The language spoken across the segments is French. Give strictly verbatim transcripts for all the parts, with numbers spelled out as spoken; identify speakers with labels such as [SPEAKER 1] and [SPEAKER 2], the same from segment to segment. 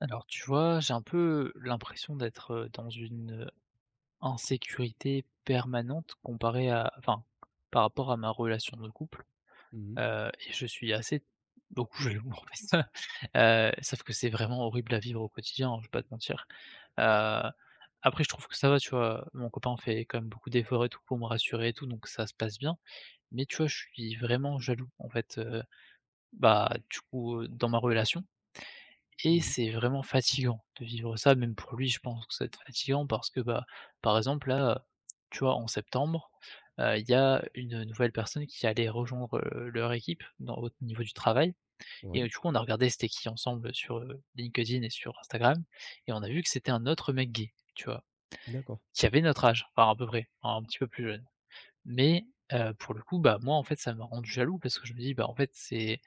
[SPEAKER 1] Alors tu vois, j'ai un peu l'impression d'être, heu, dans une, insécurité permanente comparée à enfin, par rapport à ma relation de couple,
[SPEAKER 2] Mmh mh.
[SPEAKER 1] heu et je suis assez beaucoup jaloux en fait. Heu, sauf que c'est vraiment horrible à vivre au quotidien, hein, je vais pas te mentir. Heu, Après je trouve que ça va, tu vois? Mon copain fait quand même beaucoup d'efforts et tout pour me rassurer et tout, donc ça se passe bien. Mais tu vois, je suis vraiment jaloux en fait, heu, bah, du coup, heu, dans ma relation
[SPEAKER 2] Mmh
[SPEAKER 1] et
[SPEAKER 2] mh.
[SPEAKER 1] c'est vraiment fatigant de vivre ça, même pour lui, je pense que ça va être fatigant parce que, bah, par exemple, là, tu vois, en septembre, heu, il y a une nouvelle personne qui allait rejoindre, heu, leur équipe dans au niveau du travail et euh,
[SPEAKER 2] Ouais,
[SPEAKER 1] du coup, on a regardé c'était qui ensemble sur, heu, LinkedIn et sur Instagram et on a vu que c'était un autre mec gay, tu vois?
[SPEAKER 2] d'accord.
[SPEAKER 1] Qui avait notre âge, enfin à peu près, un petit peu plus jeune. Mais heu, pour le coup, bah, moi, en fait, ça m'a rendu jaloux parce que je me dis: «Bah, en fait, c'est,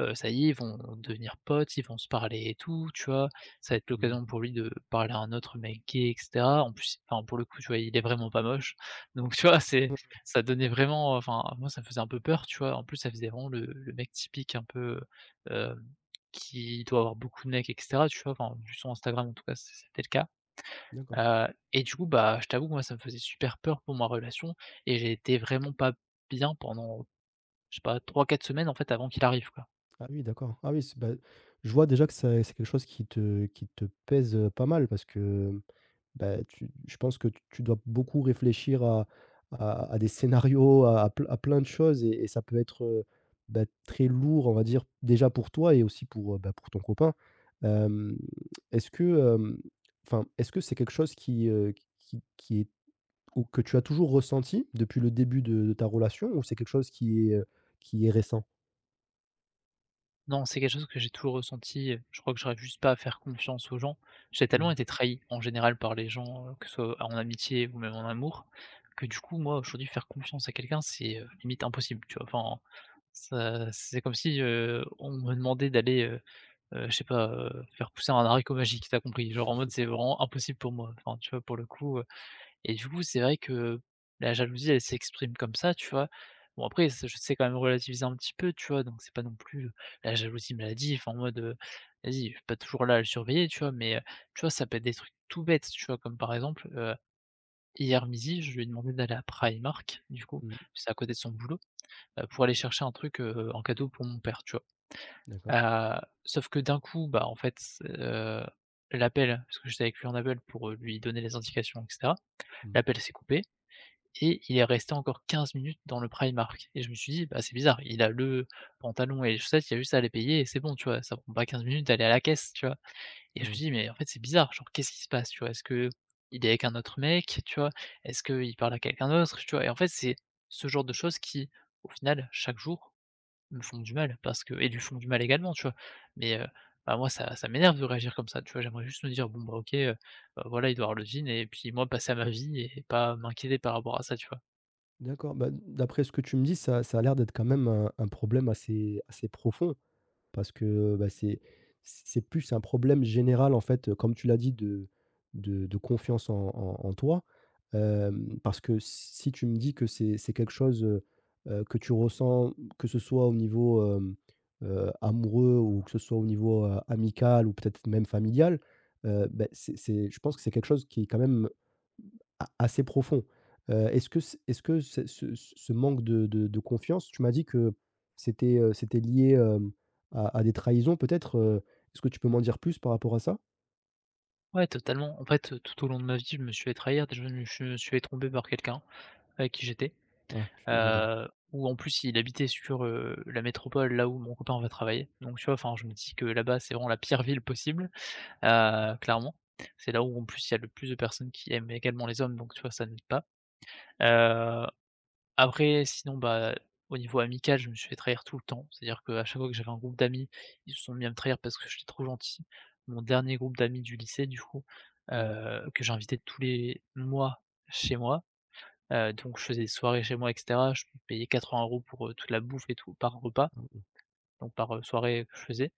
[SPEAKER 1] heu, ça y est, ils vont devenir potes, ils vont se parler et tout», tu vois? Ça va être
[SPEAKER 2] Mmh.
[SPEAKER 1] l'occasion pour lui de parler à un autre mec gay et cetera. En plus, enfin, pour le coup, tu vois, il est vraiment pas moche. Donc tu vois, c'est
[SPEAKER 2] Mmh.
[SPEAKER 1] ça donnait vraiment enfin, moi, ça me faisait un peu peur, tu vois? En plus, ça faisait vraiment le le mec typique un peu, heu, qui doit avoir beaucoup de mecs et cetera, tu vois? Enfin, vu son Instagram, en tout cas, c'était le cas.
[SPEAKER 2] D'accord.
[SPEAKER 1] Heu et du coup, bah, je t'avoue que moi, ça me faisait super peur pour ma relation et j'ai été vraiment pas bien pendant, je sais pas, trois, quatre semaines, en fait, avant qu'il arrive, quoi.
[SPEAKER 2] Ah oui, d'accord. Ah oui, c'est bah, je vois déjà que ça c'est quelque chose qui te qui te pèse, heu, pas mal parce que, bah, tu je pense que tu dois beaucoup réfléchir à à à des scénarios, à à ple à plein de choses et et ça peut être, heu, bah, très lourd, on va dire, déjà pour toi et aussi pour, heu, bah, pour ton copain. Hem, est-ce que, hem, Enfin, est-ce que c'est quelque chose qui, heu, qui qui est ou que tu as toujours ressenti depuis le début de de ta relation ou c'est quelque chose qui est, heu, qui est récent?
[SPEAKER 1] Non, c'est quelque chose que j'ai toujours ressenti, heu, je crois que j'arrive juste pas à faire confiance aux gens. J'ai tellement
[SPEAKER 2] Mmh.
[SPEAKER 1] été trahi, en général, par les gens, heu, que ce soit en amitié ou même en amour, que du coup, moi, aujourd'hui, faire confiance à quelqu'un, c'est, heu, limite impossible, tu vois? Enfin, ça c'est comme si, heu, on me demandait d'aller, heu, je sais pas, heu, faire pousser un haricot magique, t'as compris? Genre en mode c'est vraiment impossible pour moi, enfin, tu vois? Pour le coup, heu et du coup, c'est vrai que la jalousie, elle s'exprime comme ça, tu vois? Bon après c'est je sais quand même relativiser un petit peu, tu vois? Donc c'est pas non plus, euh, la jalousie maladif, enfin en mode, heu, vas-y, je suis pas toujours là à le surveiller, tu vois? Mais, heu, tu vois, ça peut être des trucs tout bêtes, tu vois? Comme par exemple, heu, hier midi, je lui ai demandé d'aller à Primark, du coup,
[SPEAKER 2] Mmh.
[SPEAKER 1] c'est à côté de son boulot, heu, pour aller chercher un truc, heu, en cadeau pour mon père, tu vois?
[SPEAKER 2] D'accord.
[SPEAKER 1] Heu, sauf que d'un coup, bah, en fait, c l'appel parce que j'étais avec lui en appel pour, heu, lui donner les indications et cetera.
[SPEAKER 2] Mmh.
[SPEAKER 1] L'appel s'est coupé et il est resté encore quinze minutes dans le Primark et je me suis dit: «Bah, c'est bizarre, il a le pantalon et les chaussettes, il y a juste à les payer et c'est bon», tu vois? Ça prend pas quinze minutes d'aller à la caisse, tu vois? Et je me
[SPEAKER 2] Ouais.
[SPEAKER 1] dis: «Mais en fait, c'est bizarre, genre qu'est-ce qui se passe?» tu vois? Est-ce que il est avec un autre mec, tu vois? Est-ce qu'il parle à quelqu'un d'autre, tu vois? Et en fait, c'est ce genre de choses qui, au final, chaque jour me font du mal parce que et lui font du mal également, tu vois? Mais, heu, bah, moi ça ça m'énerve de réagir comme ça, tu vois? J'aimerais juste me dire: «Bon, bah, OK, heu, bah, voilà, il doit avoir le jean» et puis moi passer à ma vie et pas m'inquiéter par rapport à ça, tu vois?
[SPEAKER 2] D'accord, bah, d'après ce que tu me dis, ça ça a l'air d'être quand même un un problème assez assez profond. Parce que, bah, c'est c'est plus un problème général, en fait, comme tu l'as dit, de de de confiance en en en toi. Hem, parce que si si tu me dis que c'est c'est quelque chose, heu heu, que tu ressens, que ce soit au niveau, hem, heu, amoureux ou que ce soit au niveau, heu, amical ou peut-être même familial, heu, beh, c'est c'est je pense que c'est quelque chose qui est quand même a assez profond. Heu, est-ce que c est-ce que ce ce ce manque de de de confiance, tu m'as dit que c'était, heu, c'était lié, hem, à à des trahisons peut-être, heu, est-ce que tu peux m'en dire plus par rapport à ça?
[SPEAKER 1] Ouais, totalement. En fait, heu, tout au long de ma vie, je me suis fait trahir. Déjà, je me je me suis fait tromper par quelqu'un avec qui j'étais,
[SPEAKER 2] Ah, je suis désolé.
[SPEAKER 1] heu, où en plus il habitait sur, heu, la métropole là où mon copain va travailler. Donc tu vois, enfin, je me dis que là-bas, c'est vraiment la pire ville possible, heu, clairement. C'est là où en plus il y a le plus de personnes qui aiment également les hommes, donc tu vois, ça n'aide pas. heu Après, sinon, bah, au niveau amical, je me suis fait trahir tout le temps. C'est-à-dire qu'à chaque fois que j'avais un groupe d'amis, ils se sont mis à me trahir parce que j'étais trop gentil. Mon dernier groupe d'amis du lycée, du coup,
[SPEAKER 2] Mmh.
[SPEAKER 1] heu, que j'invitais tous les mois chez moi, heu, donc je faisais des soirées chez moi et cetera. Je payais quatre-vingts euros pour, heu, toute la bouffe et tout, par repas,
[SPEAKER 2] Ah oui.
[SPEAKER 1] donc par, heu, soirée que je faisais.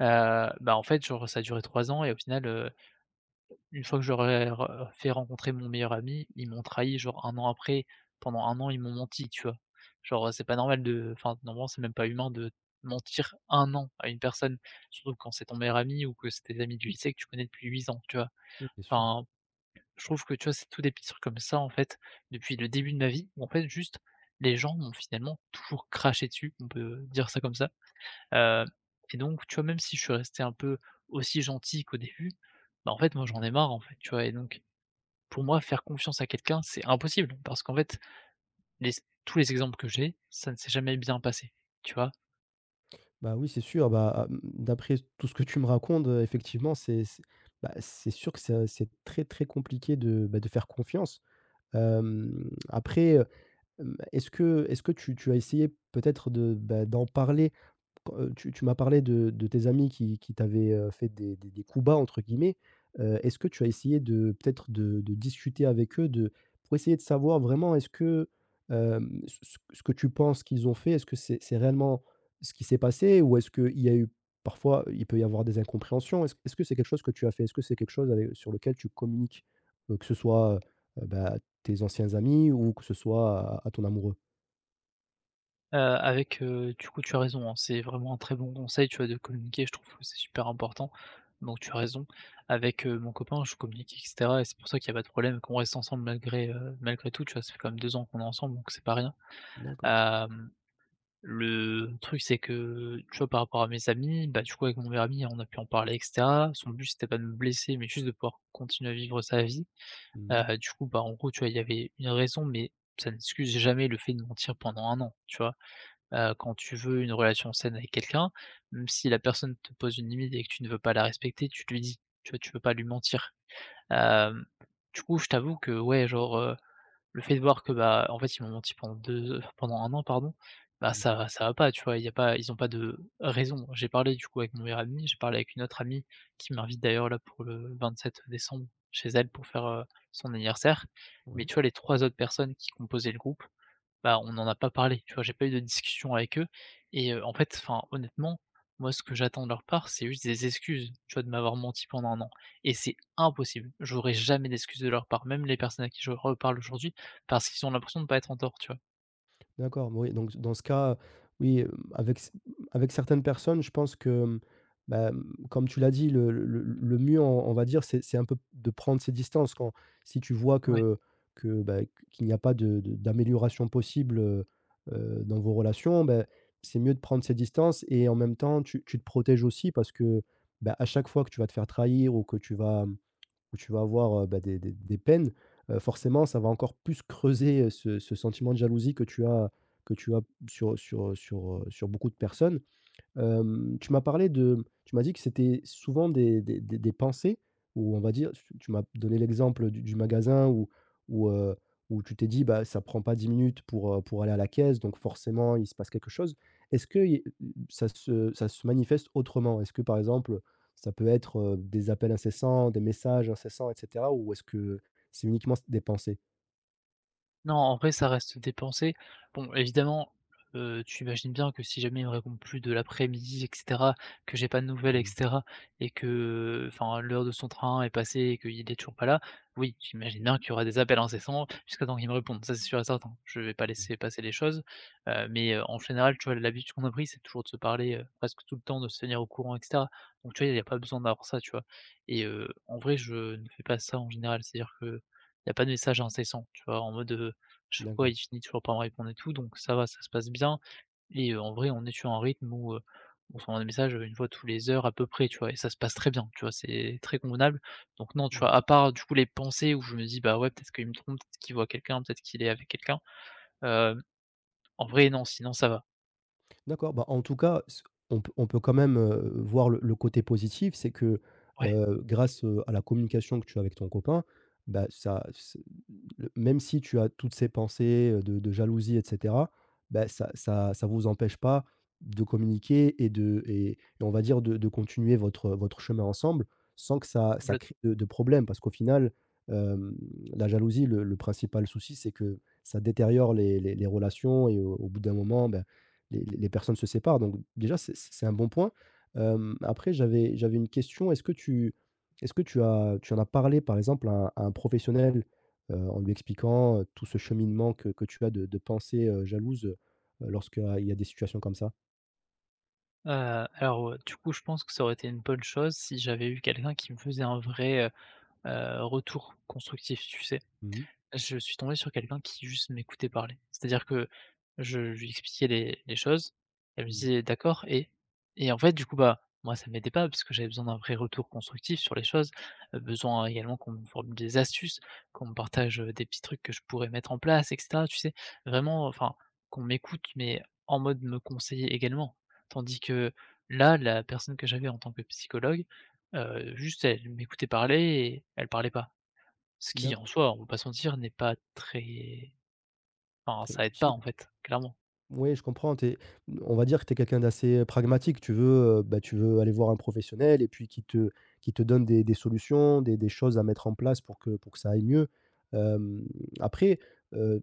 [SPEAKER 1] Heu, bah, en fait, genre, ça a duré trois ans et au final, heu une fois que j'aurais re fait rencontrer mon meilleur ami, ils m'ont trahi genre un an après. Pendant un an, ils m'ont menti, tu vois? Genre, c'est pas normal de enfin, normalement, c'est même pas humain de mentir un an à une personne, surtout quand c'est ton meilleur ami ou que c'est tes amis du lycée que tu connais depuis huit ans, tu vois?
[SPEAKER 2] Oui, bien sûr.
[SPEAKER 1] Enfin, je trouve que, tu vois, c'est tout des petits trucs comme ça, en fait, depuis le début de ma vie où, en fait, juste, les gens m'ont finalement toujours craché dessus, on peut dire ça comme ça, heu et donc, tu vois, même si je suis resté un peu aussi gentil qu'au début, bah, en fait, moi, j'en
[SPEAKER 2] Mmh.
[SPEAKER 1] ai marre, en fait, tu vois? Et donc pour moi, faire confiance à quelqu'un, c'est impossible parce qu'en fait, les tous les exemples que j'ai, ça ne s'est jamais bien passé, tu vois?
[SPEAKER 2] Bah, oui, c'est sûr, bah, hem, d'après tout ce que tu me racontes, heu, effectivement, c'est c'est bah, c'est sûr que ça c'est très, très compliqué de, bah, de faire confiance. Hem, après, heu, hem, est-ce que est-ce que tu tu as essayé peut-être de, bah, d'en parler. Quand, heu, tu tu m'as parlé de de tes amis qui qui t'avaient, heu, fait des des des coups bas entre guillemets. Heu, est-ce que tu as essayé de peut-être de de discuter avec eux de pour essayer de savoir vraiment est-ce que, hem, ce ce ce que tu penses qu'ils ont fait, est-ce que c'est c'est réellement ce qui s'est passé? Ou est-ce qu'il y a eu parfois, il peut y avoir des incompréhensions? Est-ce est-ce que c'est quelque chose que tu as fait? Est-ce que c'est quelque chose avec sur lequel tu communiques? Heu, que ce soit, heu, bah, tes anciens amis ou que ce soit à à ton amoureux?
[SPEAKER 1] Heu, avec, heu, du coup, tu as raison, hein, c'est vraiment un très bon conseil, tu vois, de communiquer, je trouve que c'est super important, donc tu as raison. Avec, heu, mon copain, je communique et cetera et c'est pour ça qu'il n'y a pas de problème, qu'on reste ensemble malgré, heu, malgré tout, tu vois? Ça fait quand même deux ans qu'on est ensemble, donc c'est pas rien.
[SPEAKER 2] D'accord.
[SPEAKER 1] Hem, le truc, c'est que, tu vois, par rapport à mes amis, bah, du coup, avec mon meilleur ami, on a pu en parler et cetera. Son but, c'était pas de me blesser, mais juste de pouvoir continuer à vivre sa vie.
[SPEAKER 2] Mmh
[SPEAKER 1] Heu,
[SPEAKER 2] mh.
[SPEAKER 1] du coup, bah, en gros, tu vois, il y avait une raison, mais ça n'excuse jamais le fait de mentir pendant un an, tu vois? Heu, quand tu veux une relation saine avec quelqu'un, même si la personne te pose une limite et que tu ne veux pas la respecter, tu lui dis, tu vois? Tu peux pas lui mentir. Hem, du coup, je t'avoue que ouais, genre, le fait de voir que, bah, en fait, ils m'ont menti pendant deux pendant un an, pardon, bah,
[SPEAKER 2] Mmh.
[SPEAKER 1] ça ça va pas, tu vois? Il y a pas ils ont pas de raison. J'ai parlé, du coup, avec mon meilleur ami, j'ai parlé avec une autre amie qui m'invite d'ailleurs là pour le vingt-sept décembre chez elle pour faire, heu, son anniversaire. Mais
[SPEAKER 2] Ouais.
[SPEAKER 1] tu vois, les trois autres personnes qui composaient le groupe, bah, on n'en a pas parlé, tu vois? J'ai pas eu de discussion avec eux et heu, en fait, enfin, honnêtement, moi, ce que j'attends de leur part, c'est juste des excuses, tu vois? De m'avoir menti pendant un an et c'est impossible. J'aurai jamais d'excuses de leur part, même les personnes à qui je reparle aujourd'hui, parce qu'ils ont l'impression de pas être en tort, tu vois?
[SPEAKER 2] D'accord, oui, donc dans ce cas, oui, hem, avec c avec certaines personnes, je pense que, bah, comme tu l'as dit, le le le le mieux, on on va dire, c'est c'est un peu de prendre ses distances quand si tu vois
[SPEAKER 1] Ouais.
[SPEAKER 2] que que, bah, qu'il n'y a pas de de d'amélioration possible, heu heu, dans vos relations, bah, c'est mieux de prendre ses distances et en même temps, tu tu te protèges aussi parce que, bah, à chaque fois que tu vas te faire trahir ou que tu vas où tu vas avoir, heu, bah, des des des peines, heu, forcément, ça va encore plus creuser, heu, ce ce sentiment de jalousie que tu as que tu as sur sur, sur, heu, sur beaucoup de personnes. Hem, tu m'as parlé de tu m'as dit que c'était souvent des des des des pensées ou on va dire tu tu m'as donné l'exemple du du magasin où où, heu, où tu t'es dit: «Bah, ça prend pas dix minutes pour, heu, pour aller à la caisse, donc forcément il se passe quelque chose». Est-ce que il ça se ça se manifeste autrement? Est-ce que par exemple, ça peut être, heu, des appels incessants, des messages incessants et cetera? Ou est-ce que c'est uniquement des pensées?
[SPEAKER 1] Non, en vrai, ça reste des pensées. Bon, évidemment, heu, tu imagines bien que si jamais il me répond plus de l'après-midi et cetera, que j'ai pas de
[SPEAKER 2] Mmh
[SPEAKER 1] nouvelles et
[SPEAKER 2] mh.
[SPEAKER 1] cetera et que, enfin, l'heure de son train est passée et qu'il est toujours pas là, oui, j'imagine bien qu'il y aura des appels incessants jusqu'à temps qu'il me réponde. Ça, c'est sûr et certain. Je vais pas laisser passer les choses, heu, mais, heu, en général, tu vois, l'habitude qu'on a pris, c'est toujours de se parler, heu, presque tout le temps, de se tenir au courant et cetera. Donc tu vois, il n'y a pas besoin d'avoir ça, tu vois? Et heu, en vrai, je ne fais pas ça en général, c'est-à-dire qu'il n'y a pas de message incessant, tu vois? En mode, heu je sais pas,
[SPEAKER 2] D'accord.
[SPEAKER 1] il finit toujours par me répondre et tout, donc ça va, ça se passe bien et heu, en vrai, on est sur un rythme où, heu, on s'envoie des messages, heu, une fois tous les heures à peu près, tu vois? Et ça se passe très bien, tu vois? C'est très convenable. Donc non, tu vois,
[SPEAKER 2] Mmh.
[SPEAKER 1] à part du coup les pensées où je me dis: «Bah, ouais, peut-être qu'il me trompe, peut-être qu'il voit quelqu'un, peut-être qu'il est avec quelqu'un», hem, en vrai, non, sinon ça va.
[SPEAKER 2] D'accord, bah, en tout cas, c on peut on peut quand même, heu, voir le le côté positif, c'est que,
[SPEAKER 1] Ouais,
[SPEAKER 2] heu, grâce, heu, à la communication que tu as avec ton copain, bah, ça le même si tu as toutes ces pensées, heu, de de jalousie et cetera, bah, ça ça ça vous empêche pas de communiquer et de et et on va dire de de continuer votre, votre chemin ensemble sans que ça ça
[SPEAKER 1] complètement.
[SPEAKER 2] crée de de problèmes. Parce qu'au final, hem, la jalousie, le le principal souci, c'est que ça détériore les les les relations et au au bout d'un moment, ben les les les personnes se séparent. Donc déjà, c'est c'est un bon point. Hem, après j'avais j'avais une question. Est-ce que tu est-ce que tu as tu en as parlé par exemple à un à un professionnel, heu, en lui expliquant, heu, tout ce cheminement que que tu as de de pensées, heu, jalouses, heu, y a des situations comme ça.
[SPEAKER 1] Heu, alors, heu, du coup, je pense que ça aurait été une bonne chose si j'avais eu quelqu'un qui me faisait un vrai, heu heu, retour constructif, tu sais?
[SPEAKER 2] Mmh mh.
[SPEAKER 1] Je suis tombé sur quelqu'un qui juste m'écoutait parler. C'est-à-dire que je lui expliquais les les choses, elle me
[SPEAKER 2] Mmh.
[SPEAKER 1] disait: «D'accord et?» et en fait, du coup, bah, moi, ça m'aidait pas parce que j'avais besoin d'un vrai retour constructif sur les choses, heu, besoin également qu'on me forme des astuces, qu'on me partage, heu, des petits trucs que je pourrais mettre en place et cetera, tu sais? Vraiment, enfin, qu'on m'écoute, mais en mode me conseiller également. Tandis que là, la personne que j'avais en tant que psychologue, heu, juste elle m'écoutait parler et elle parlait pas. Ce qui
[SPEAKER 2] D'accord,
[SPEAKER 1] en soi, on va pas se mentir, n'est pas très enfin
[SPEAKER 2] très
[SPEAKER 1] ça aide pas
[SPEAKER 2] utile.
[SPEAKER 1] en fait, clairement.
[SPEAKER 2] Oui, je comprends, tu on va dire que tu es quelqu'un d'assez pragmatique. Tu veux, heu, bah, tu veux aller voir un professionnel et puis qui te qui te donne des des solutions, des des choses à mettre en place pour que pour que ça aille mieux. Hem, Après, heu,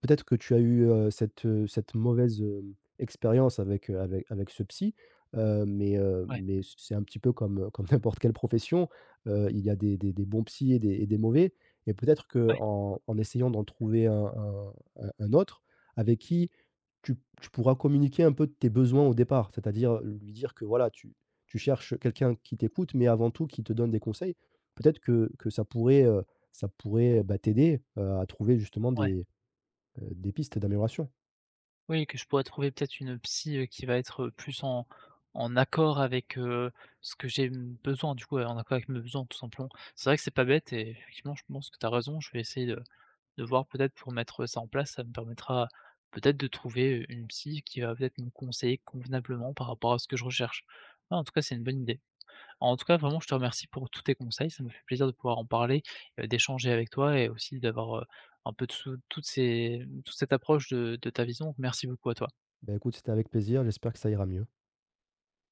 [SPEAKER 2] peut-être que tu as eu, heu, cette, heu, cette mauvaise, hem, expérience avec, heu, avec avec ce psy, heu, mais, heu,
[SPEAKER 1] Ouais,
[SPEAKER 2] mais c'est un petit peu comme, comme, n'importe quelle profession. Heu, il y a des des des bons psys et des et des mauvais et peut-être
[SPEAKER 1] ouais,
[SPEAKER 2] qu'en en en essayant d'en trouver un un un un autre avec qui tu tu pourras communiquer un peu de tes besoins au départ, c'est-à-dire euh, lui dire que voilà, tu tu cherches quelqu'un qui t'écoute, mais avant tout qui te donne des conseils. Peut-être que que ça pourrait, heu, ça pourrait, bah, t'aider, heu, à trouver justement
[SPEAKER 1] ouais.
[SPEAKER 2] des, heu, des pistes d'amélioration.
[SPEAKER 1] Oui, que je pourrais trouver peut-être une psy, heu, qui va être, heu, plus en en accord avec, heu, ce que j'ai m besoin du coup, ouais, en accord avec mes besoins tout simplement. C'est vrai que c'est pas bête et effectivement je pense que tu as raison, je vais essayer de de voir peut-être pour mettre, heu, ça en place, ça me permettra peut-être de trouver, heu, une psy qui va peut-être me conseiller convenablement par rapport à ce que je recherche. Ah en tout cas, c'est une bonne idée. En tout cas, vraiment, je te remercie pour tous tes conseils. Ça me fait plaisir de pouvoir en parler, heu, d'échanger avec toi et aussi d'avoir, heu, un peu de sous toute ces toute cette approche de de ta vision. Merci beaucoup à toi.
[SPEAKER 2] Bah, écoute, c'était avec plaisir, j'espère que ça ira mieux.